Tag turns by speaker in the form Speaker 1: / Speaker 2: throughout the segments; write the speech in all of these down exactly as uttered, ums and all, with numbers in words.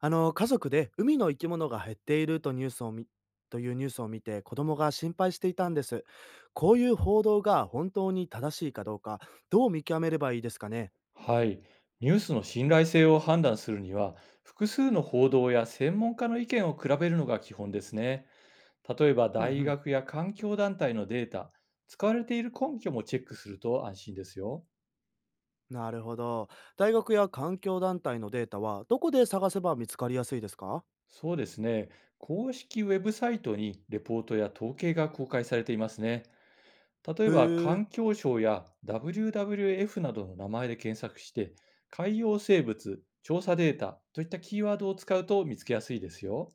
Speaker 1: あの家族で海の生き物が減っているとニュースを見というニュースを見て、子供が心配していたんです。こういう報道が本当に正しいかどうか、どう見極めればいいですかね。
Speaker 2: はい。ニュースの信頼性を判断するには、複数の報道や専門家の意見を比べるのが基本ですね。例えば、
Speaker 1: うんう
Speaker 2: 大
Speaker 1: ん。
Speaker 2: 学や環境団体のデータ、使われている根拠もチェックすると安心ですよ。
Speaker 1: なるほど。大学や環境団体のデータはどこで探せば見つかりやすいですか？
Speaker 2: そうですね。公式ウェブサイトにレポートや統計が公開されていますね。例
Speaker 1: へ
Speaker 2: えば、
Speaker 1: え。
Speaker 2: 環境省や ダブリューダブリューエフ などの名前で検索して、海洋生物、調査データといったキーワードを使うと見つけやすいですよ。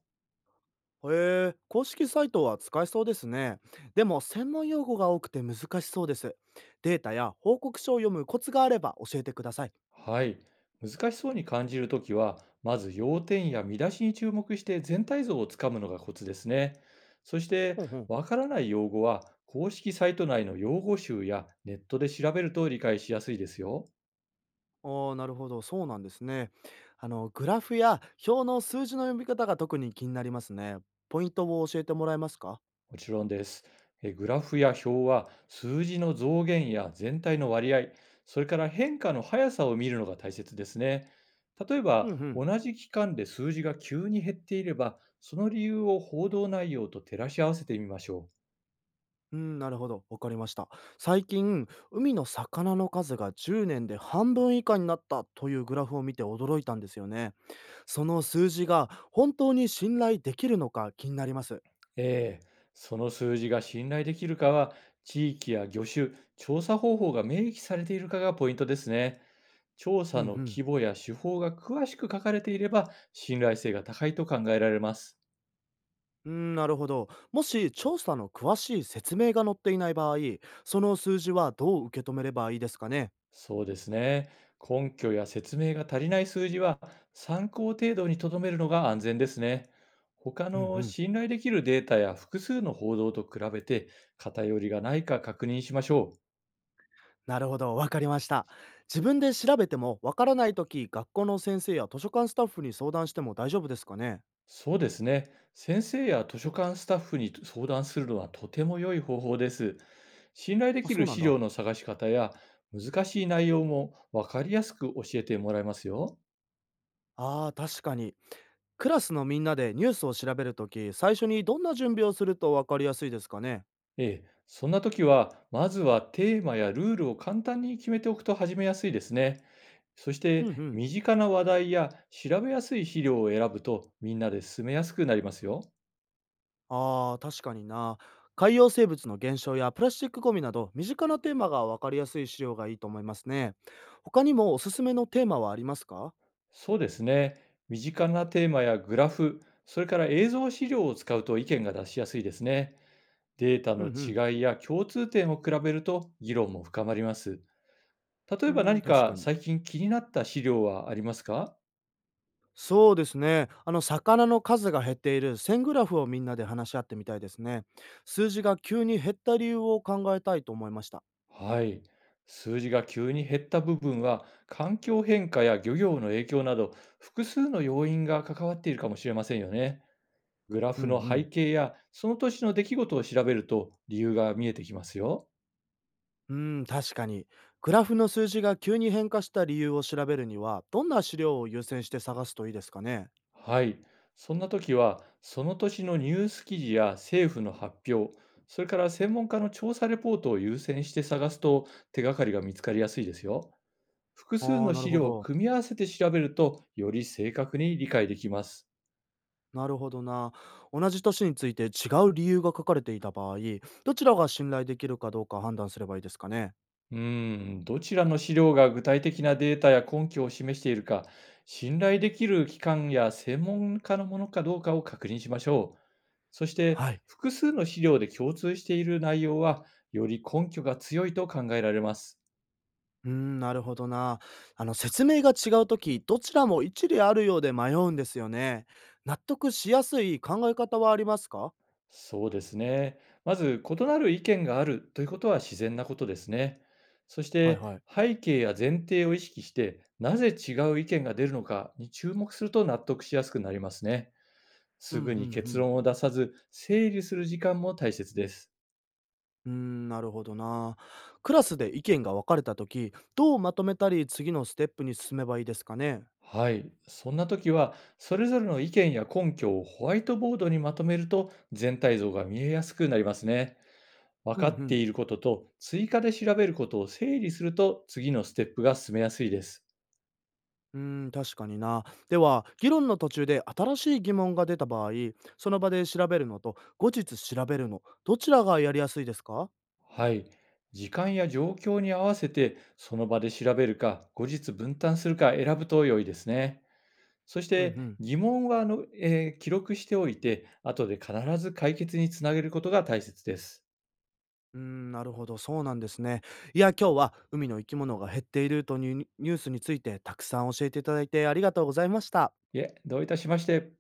Speaker 1: へえ。公式サイトは使えそうですね。でも専門用語が多くて難しそうです。データや報告書を読むコツがあれば教えてください。
Speaker 2: はい。難しそうに感じるときは、まず要点や見出しに注目して全体像をつかむのがコツですね。そして、
Speaker 1: ほうほう。
Speaker 2: わからない用語は、公式サイト内の用語集やネットで調べると理解しやすいですよ。
Speaker 1: おあ、なるほど、そうなんですね。あの、グラフや表の数字の読み方が特に気になりますね。ポイントを教えてもらえますか？
Speaker 2: もちろんです。えグラフや表は、数字の増減や全体の割合、それから変化の速さを見るのが大切ですね。例え
Speaker 1: うんう
Speaker 2: ば、
Speaker 1: ん。
Speaker 2: 同じ期間で数字が急に減っていれば、その理由を報道内容と照らし合わせてみましょう。
Speaker 1: うん、なるほど。わかりました。最近、海の魚の数がじゅうねんで半分以下になったというグラフを見て驚いたんですよね。その数字が本当に信頼できるのか気になります。
Speaker 2: ええ、その数字が信頼できるかは、地域や魚種、調査方法が明記されているかがポイントですね。調
Speaker 1: うん
Speaker 2: 査
Speaker 1: う
Speaker 2: の
Speaker 1: ん。
Speaker 2: 規模や手法が詳しく書かれていれば、信頼性が高いと考えられます。
Speaker 1: うん、なるほど。もし調査の詳しい説明が載っていない場合、その数字はどう受け止めればいいですかね？
Speaker 2: そうですね。根拠や説明が足りない数字は、参考程度にとどめるのが安全ですね。他
Speaker 1: うんう
Speaker 2: の
Speaker 1: ん。
Speaker 2: 信頼できるデータや複数の報道と比べて、偏りがないか確認しましょう。
Speaker 1: なるほど、わかりました。自分で調べてもわからないとき、学校の先生や図書館スタッフに相談しても大丈夫ですかね？
Speaker 2: そうですね。先生や図書館スタッフに相談するのはとても良い方法です。信頼で
Speaker 1: あ、
Speaker 2: き
Speaker 1: そう
Speaker 2: る
Speaker 1: なん
Speaker 2: 資
Speaker 1: だ。
Speaker 2: 料の探し方や難しい内容も分かりやすく教えてもらえますよ。
Speaker 1: ああ、確かに。クラスのみんなでニュースを調べるとき、最初にどんな準備をするとわかりやすいですかね？
Speaker 2: ええ、そんな時は、まずはテーマやルールを簡単に決めておくと始めやすいですね。そし
Speaker 1: うんう
Speaker 2: て、
Speaker 1: ん。
Speaker 2: 身近な話題や調べやすい資料を選ぶとみんなで進めやすくなりますよ。
Speaker 1: ああ、確かにな。海洋生物の減少やプラスチックゴミなど、身近なテーマがわかりやすい資料がいいと思いますね。他にもおすすめのテーマはありますか？
Speaker 2: そうですね。身近なテーマやグラフ、それから映像資料を使うと意見が出しやすいですね。データ
Speaker 1: うん
Speaker 2: の
Speaker 1: うん。
Speaker 2: 違いや共通点を比べると議論も深まります。例
Speaker 1: う
Speaker 2: えば
Speaker 1: ーん、
Speaker 2: 何
Speaker 1: 確
Speaker 2: か
Speaker 1: かに。
Speaker 2: 最近気になった資料はありますか？
Speaker 1: そうですね。あの、魚の数が減っている線グラフをみんなで話し合ってみたいですね。数字が急に減った理由を考えたいと思いました。
Speaker 2: はい。数字が急に減った部分は環境変化や漁業の影響など複数の要因が関わっているかもしれませんよね。グラ
Speaker 1: うん
Speaker 2: フ
Speaker 1: う
Speaker 2: の背
Speaker 1: ん。
Speaker 2: 景やその年の出来事を調べると理由が見えてきますよ。
Speaker 1: うん、確かに。グラフの数字が急に変化した理由を調べるには、どんな資料を優先して探すといいですかね。
Speaker 2: はい。そんな時は、その年のニュース記事や政府の発表、それから専門家の調査レポートを優先して探すと手がかりが見つかりやすいですよ。複数
Speaker 1: ああ、
Speaker 2: の
Speaker 1: なる
Speaker 2: 資
Speaker 1: ほ
Speaker 2: 料を
Speaker 1: ど。
Speaker 2: 組み合わせて調べると、より正確に理解できます。
Speaker 1: なるほどな。同じ年について違う理由が書かれていた場合、どちらが信頼できるかどうか判断すればいいですかね。
Speaker 2: うーん、どちらの資料が具体的なデータや根拠を示しているか、信頼できる機関や専門家のものかどうかを確認しましょう。そして、
Speaker 1: はい。
Speaker 2: 複数の資料で共通している内容は、より根拠が強いと考えられます。
Speaker 1: うーん、なるほどな。あの、説明が違うとき、どちらも一理あるようで迷うんですよね。納得しやすい考え方はありますか？
Speaker 2: そうですね。まず、異なる意見があるということは自然なことですね。そし
Speaker 1: はい
Speaker 2: て、
Speaker 1: はい。
Speaker 2: 背景や前提を意識して、なぜ違う意見が出るのかに注目すると納得しやすくなりますね。
Speaker 1: うん、
Speaker 2: す
Speaker 1: うん、う
Speaker 2: ぐに結
Speaker 1: ん。
Speaker 2: 論を出さず、整理する時間も大切です。
Speaker 1: うーん、なるほどな。クラスで意見が分かれたとき、どうまとめたり、次のステップに進めばいいですかね？
Speaker 2: はい。そんな時は、それぞれの意見や根拠をホワイトボードにまとめると、全体像が見えやすくなりますね。分
Speaker 1: うん、う
Speaker 2: かって
Speaker 1: ん。
Speaker 2: いることと、追加で調べることを整理すると、次のステップが進めやすいです。
Speaker 1: うーん、確かにな。では、議論の途中で新しい疑問が出た場合、その場で調べるのと、後日調べるの、どちらがやりやすいですか？
Speaker 2: はい。時間や状況に合わせて、その場で調べるか、後日分担するか選ぶと良いですね。そし
Speaker 1: うん、う
Speaker 2: て
Speaker 1: ん。
Speaker 2: 疑問はあの、えー記録しておいて、後で必ず解決につなげることが大切です。
Speaker 1: うーん、なるほど、そうなんですね。いや、今日は海の生き物が減っているというニュニュースについてたくさん教えていただいてありがとうございました。
Speaker 2: いえ、どういたしまして。